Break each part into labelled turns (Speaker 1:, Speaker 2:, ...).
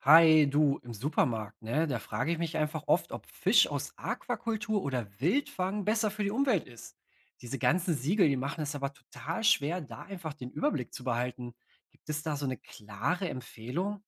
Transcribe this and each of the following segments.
Speaker 1: Hi, du, im Supermarkt, ne? Da frage ich mich einfach oft, ob Fisch aus Aquakultur oder Wildfang besser für die Umwelt ist. Diese ganzen Siegel, die machen es aber total schwer, da einfach den Überblick zu behalten. Gibt es da so eine klare Empfehlung?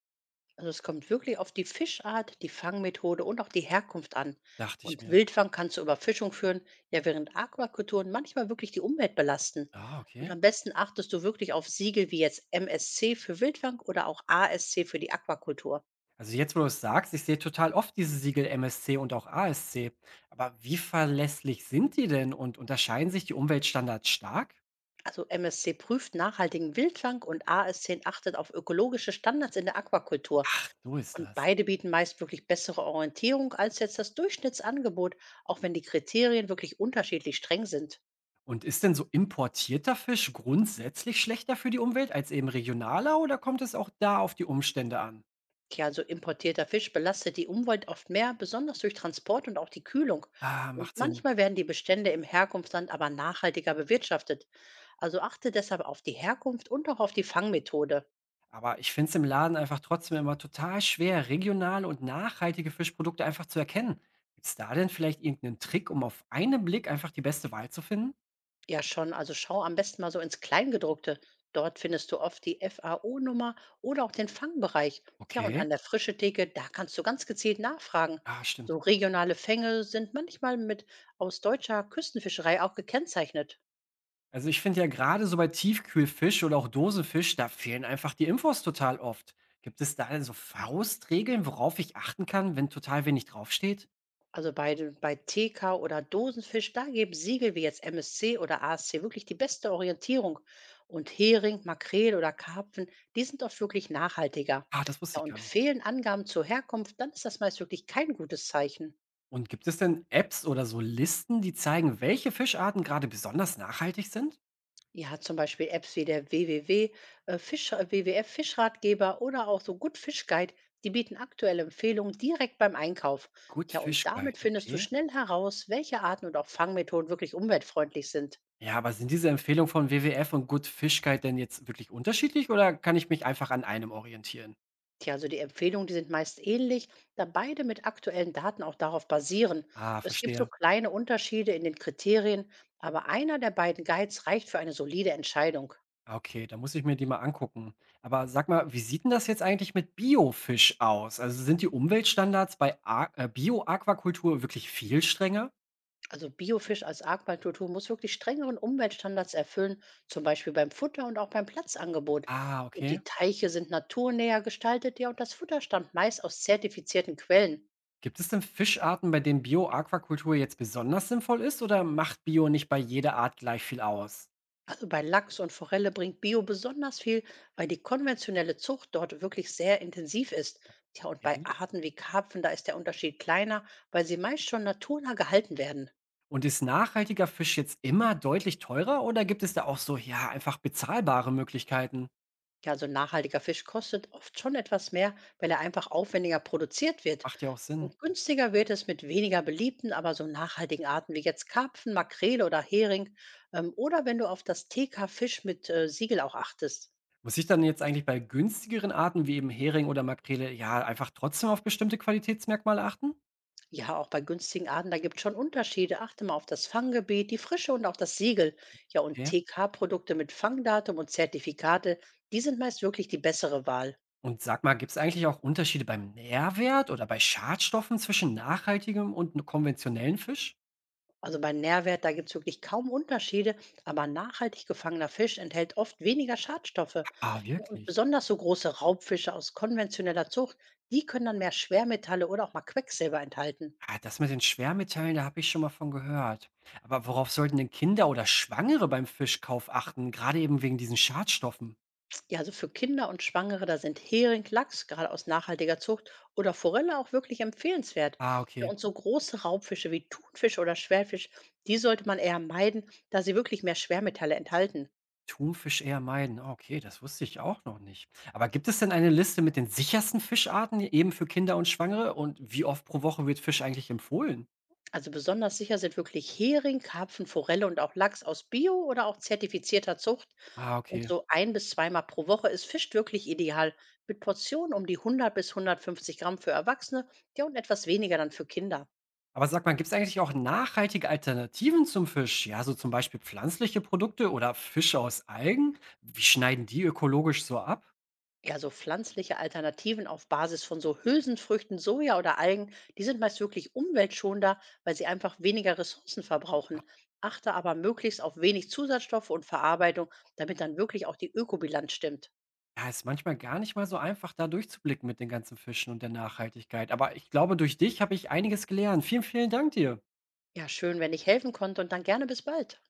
Speaker 2: Also es kommt wirklich auf die Fischart, die Fangmethode und auch die Herkunft an.
Speaker 1: Dachte ich
Speaker 2: Und
Speaker 1: mir.
Speaker 2: Wildfang kann zur Überfischung führen, ja, während Aquakulturen manchmal wirklich die Umwelt belasten.
Speaker 1: Ja,
Speaker 2: Und
Speaker 1: okay.
Speaker 2: am besten achtest du wirklich auf Siegel wie jetzt MSC für Wildfang oder auch ASC für die Aquakultur.
Speaker 1: Also jetzt, wo du es sagst, ich sehe total oft diese Siegel MSC und auch ASC. Aber wie verlässlich sind die denn und unterscheiden sich die Umweltstandards stark?
Speaker 2: Also MSC prüft nachhaltigen Wildfang und ASC achtet auf ökologische Standards in der Aquakultur.
Speaker 1: Ach, so ist
Speaker 2: Und
Speaker 1: das.
Speaker 2: beide bieten meist wirklich bessere Orientierung als jetzt das Durchschnittsangebot, auch wenn die Kriterien wirklich unterschiedlich streng sind.
Speaker 1: Und ist denn so importierter Fisch grundsätzlich schlechter für die Umwelt als eben regionaler oder kommt es auch da auf die Umstände an?
Speaker 2: Tja, so importierter Fisch belastet die Umwelt oft mehr, besonders durch Transport und auch die Kühlung.
Speaker 1: Ah,
Speaker 2: Und
Speaker 1: macht Sinn.
Speaker 2: manchmal werden die Bestände im Herkunftsland aber nachhaltiger bewirtschaftet. Also achte deshalb auf die Herkunft und auch auf die Fangmethode.
Speaker 1: Aber ich finde es im Laden einfach trotzdem immer total schwer, regionale und nachhaltige Fischprodukte einfach zu erkennen. Gibt es da denn vielleicht irgendeinen Trick, um auf einen Blick einfach die beste Wahl zu finden?
Speaker 2: Ja, schon, also schau am besten mal so ins Kleingedruckte. Dort findest du oft die FAO-Nummer oder auch den Fangbereich. Tja, und an
Speaker 1: Okay.
Speaker 2: der frische Theke, da kannst du ganz gezielt nachfragen.
Speaker 1: Ja,
Speaker 2: So
Speaker 1: stimmt.
Speaker 2: regionale Fänge sind manchmal mit aus deutscher Küstenfischerei auch gekennzeichnet.
Speaker 1: Also ich finde ja gerade so bei Tiefkühlfisch oder auch Dosenfisch, da fehlen einfach die Infos total oft. Gibt es da denn so Faustregeln, worauf ich achten kann, wenn total wenig draufsteht?
Speaker 2: Also bei TK oder Dosenfisch, da geben Siegel wie jetzt MSC oder ASC wirklich die beste Orientierung. Und Hering, Makrele oder Karpfen, die sind oft wirklich nachhaltiger.
Speaker 1: Ah, das
Speaker 2: Ja,
Speaker 1: wusste ich
Speaker 2: und
Speaker 1: gar nicht.
Speaker 2: fehlen Angaben zur Herkunft, dann ist das meist wirklich kein gutes Zeichen.
Speaker 1: Und gibt es denn Apps oder so Listen, die zeigen, welche Fischarten gerade besonders nachhaltig sind?
Speaker 2: Ja, zum Beispiel Apps wie der WWF Fischratgeber oder auch so Good Fish Guide, die bieten aktuelle Empfehlungen direkt beim Einkauf.
Speaker 1: Good
Speaker 2: Ja, und
Speaker 1: Fish
Speaker 2: damit
Speaker 1: Guide,
Speaker 2: findest du
Speaker 1: okay.
Speaker 2: schnell heraus, welche Arten und auch Fangmethoden wirklich umweltfreundlich sind.
Speaker 1: Ja, aber sind diese Empfehlungen von WWF und Good Fish Guide denn jetzt wirklich unterschiedlich oder kann ich mich einfach an einem orientieren?
Speaker 2: Tja, also die Empfehlungen, die sind meist ähnlich, da beide mit aktuellen Daten auch darauf basieren.
Speaker 1: Ah,
Speaker 2: Es gibt so
Speaker 1: verstehe.
Speaker 2: kleine Unterschiede in den Kriterien, aber einer der beiden Guides reicht für eine solide Entscheidung.
Speaker 1: Ah, okay, da muss ich mir die mal angucken. Aber sag mal, wie sieht denn das jetzt eigentlich mit Biofisch aus? Also sind die Umweltstandards bei Bio-Aquakultur wirklich viel strenger?
Speaker 2: Also Biofisch als Aquakultur muss wirklich strengeren Umweltstandards erfüllen, zum Beispiel beim Futter und auch beim Platzangebot.
Speaker 1: Ah,
Speaker 2: Und
Speaker 1: okay.
Speaker 2: die Teiche sind naturnäher gestaltet, ja, und das Futter stammt meist aus zertifizierten Quellen.
Speaker 1: Gibt es denn Fischarten, bei denen Bio-Aquakultur jetzt besonders sinnvoll ist oder macht Bio nicht bei jeder Art gleich viel aus?
Speaker 2: Also bei Lachs und Forelle bringt Bio besonders viel, weil die konventionelle Zucht dort wirklich sehr intensiv ist. Tja, und bei
Speaker 1: Mhm.
Speaker 2: Arten wie Karpfen, da ist der Unterschied kleiner, weil sie meist schon naturnah gehalten werden.
Speaker 1: Und ist nachhaltiger Fisch jetzt immer deutlich teurer oder gibt es da auch so, ja, einfach bezahlbare Möglichkeiten?
Speaker 2: Ja, so ein nachhaltiger Fisch kostet oft schon etwas mehr, weil er einfach aufwendiger produziert wird.
Speaker 1: Macht ja auch Sinn.
Speaker 2: Und günstiger wird es mit weniger beliebten, aber so nachhaltigen Arten wie jetzt Karpfen, Makrele oder Hering. Oder wenn du auf das TK-Fisch mit Siegel auch achtest.
Speaker 1: Muss ich dann jetzt eigentlich bei günstigeren Arten wie eben Hering oder Makrele ja einfach trotzdem auf bestimmte Qualitätsmerkmale achten?
Speaker 2: Ja, auch bei günstigen Arten, da gibt es schon Unterschiede. Achte mal auf das Fanggebiet, die Frische und auch das Siegel. Ja, und
Speaker 1: Okay.
Speaker 2: TK-Produkte mit Fangdatum und Zertifikate, die sind meist wirklich die bessere Wahl.
Speaker 1: Und sag mal, gibt es eigentlich auch Unterschiede beim Nährwert oder bei Schadstoffen zwischen nachhaltigem und konventionellen Fisch?
Speaker 2: Also bei Nährwert, da gibt es wirklich kaum Unterschiede, aber nachhaltig gefangener Fisch enthält oft weniger Schadstoffe.
Speaker 1: Ah,
Speaker 2: Ja, und
Speaker 1: wirklich?
Speaker 2: besonders so große Raubfische aus konventioneller Zucht, die können dann mehr Schwermetalle oder auch mal Quecksilber enthalten.
Speaker 1: Ah, das mit den Schwermetallen, da habe ich schon mal von gehört. Aber worauf sollten denn Kinder oder Schwangere beim Fischkauf achten? Gerade eben wegen diesen Schadstoffen.
Speaker 2: Ja, also für Kinder und Schwangere, da sind Hering, Lachs, gerade aus nachhaltiger Zucht, oder Forelle auch wirklich empfehlenswert.
Speaker 1: Ah,
Speaker 2: Ja,
Speaker 1: okay.
Speaker 2: und so große Raubfische wie Thunfisch oder Schwertfisch, die sollte man eher meiden, da sie wirklich mehr Schwermetalle enthalten.
Speaker 1: Thunfisch eher meiden. Ah, okay, das wusste ich auch noch nicht. Aber gibt es denn eine Liste mit den sichersten Fischarten, eben für Kinder und Schwangere? Und wie oft pro Woche wird Fisch eigentlich empfohlen?
Speaker 2: Also besonders sicher sind wirklich Hering, Karpfen, Forelle und auch Lachs aus Bio- oder auch zertifizierter Zucht.
Speaker 1: Ah,
Speaker 2: Und
Speaker 1: okay.
Speaker 2: so ein bis zweimal pro Woche ist Fisch wirklich ideal, mit Portionen um die 100 bis 150 Gramm für Erwachsene, ja und etwas weniger dann für Kinder.
Speaker 1: Aber sag mal, gibt es eigentlich auch nachhaltige Alternativen zum Fisch? Ja, so zum Beispiel pflanzliche Produkte oder Fische aus Algen? Wie schneiden die ökologisch so ab?
Speaker 2: Ja, so pflanzliche Alternativen auf Basis von so Hülsenfrüchten, Soja oder Algen, die sind meist wirklich umweltschonender, weil sie einfach weniger Ressourcen verbrauchen. Achte aber möglichst auf wenig Zusatzstoffe und Verarbeitung, damit dann wirklich auch die Ökobilanz stimmt.
Speaker 1: Ja, ist manchmal gar nicht mal so einfach, da durchzublicken mit den ganzen Fischen und der Nachhaltigkeit. Aber ich glaube, durch dich habe ich einiges gelernt. Vielen, vielen Dank dir.
Speaker 2: Ja, schön, wenn ich helfen konnte und dann gerne bis bald.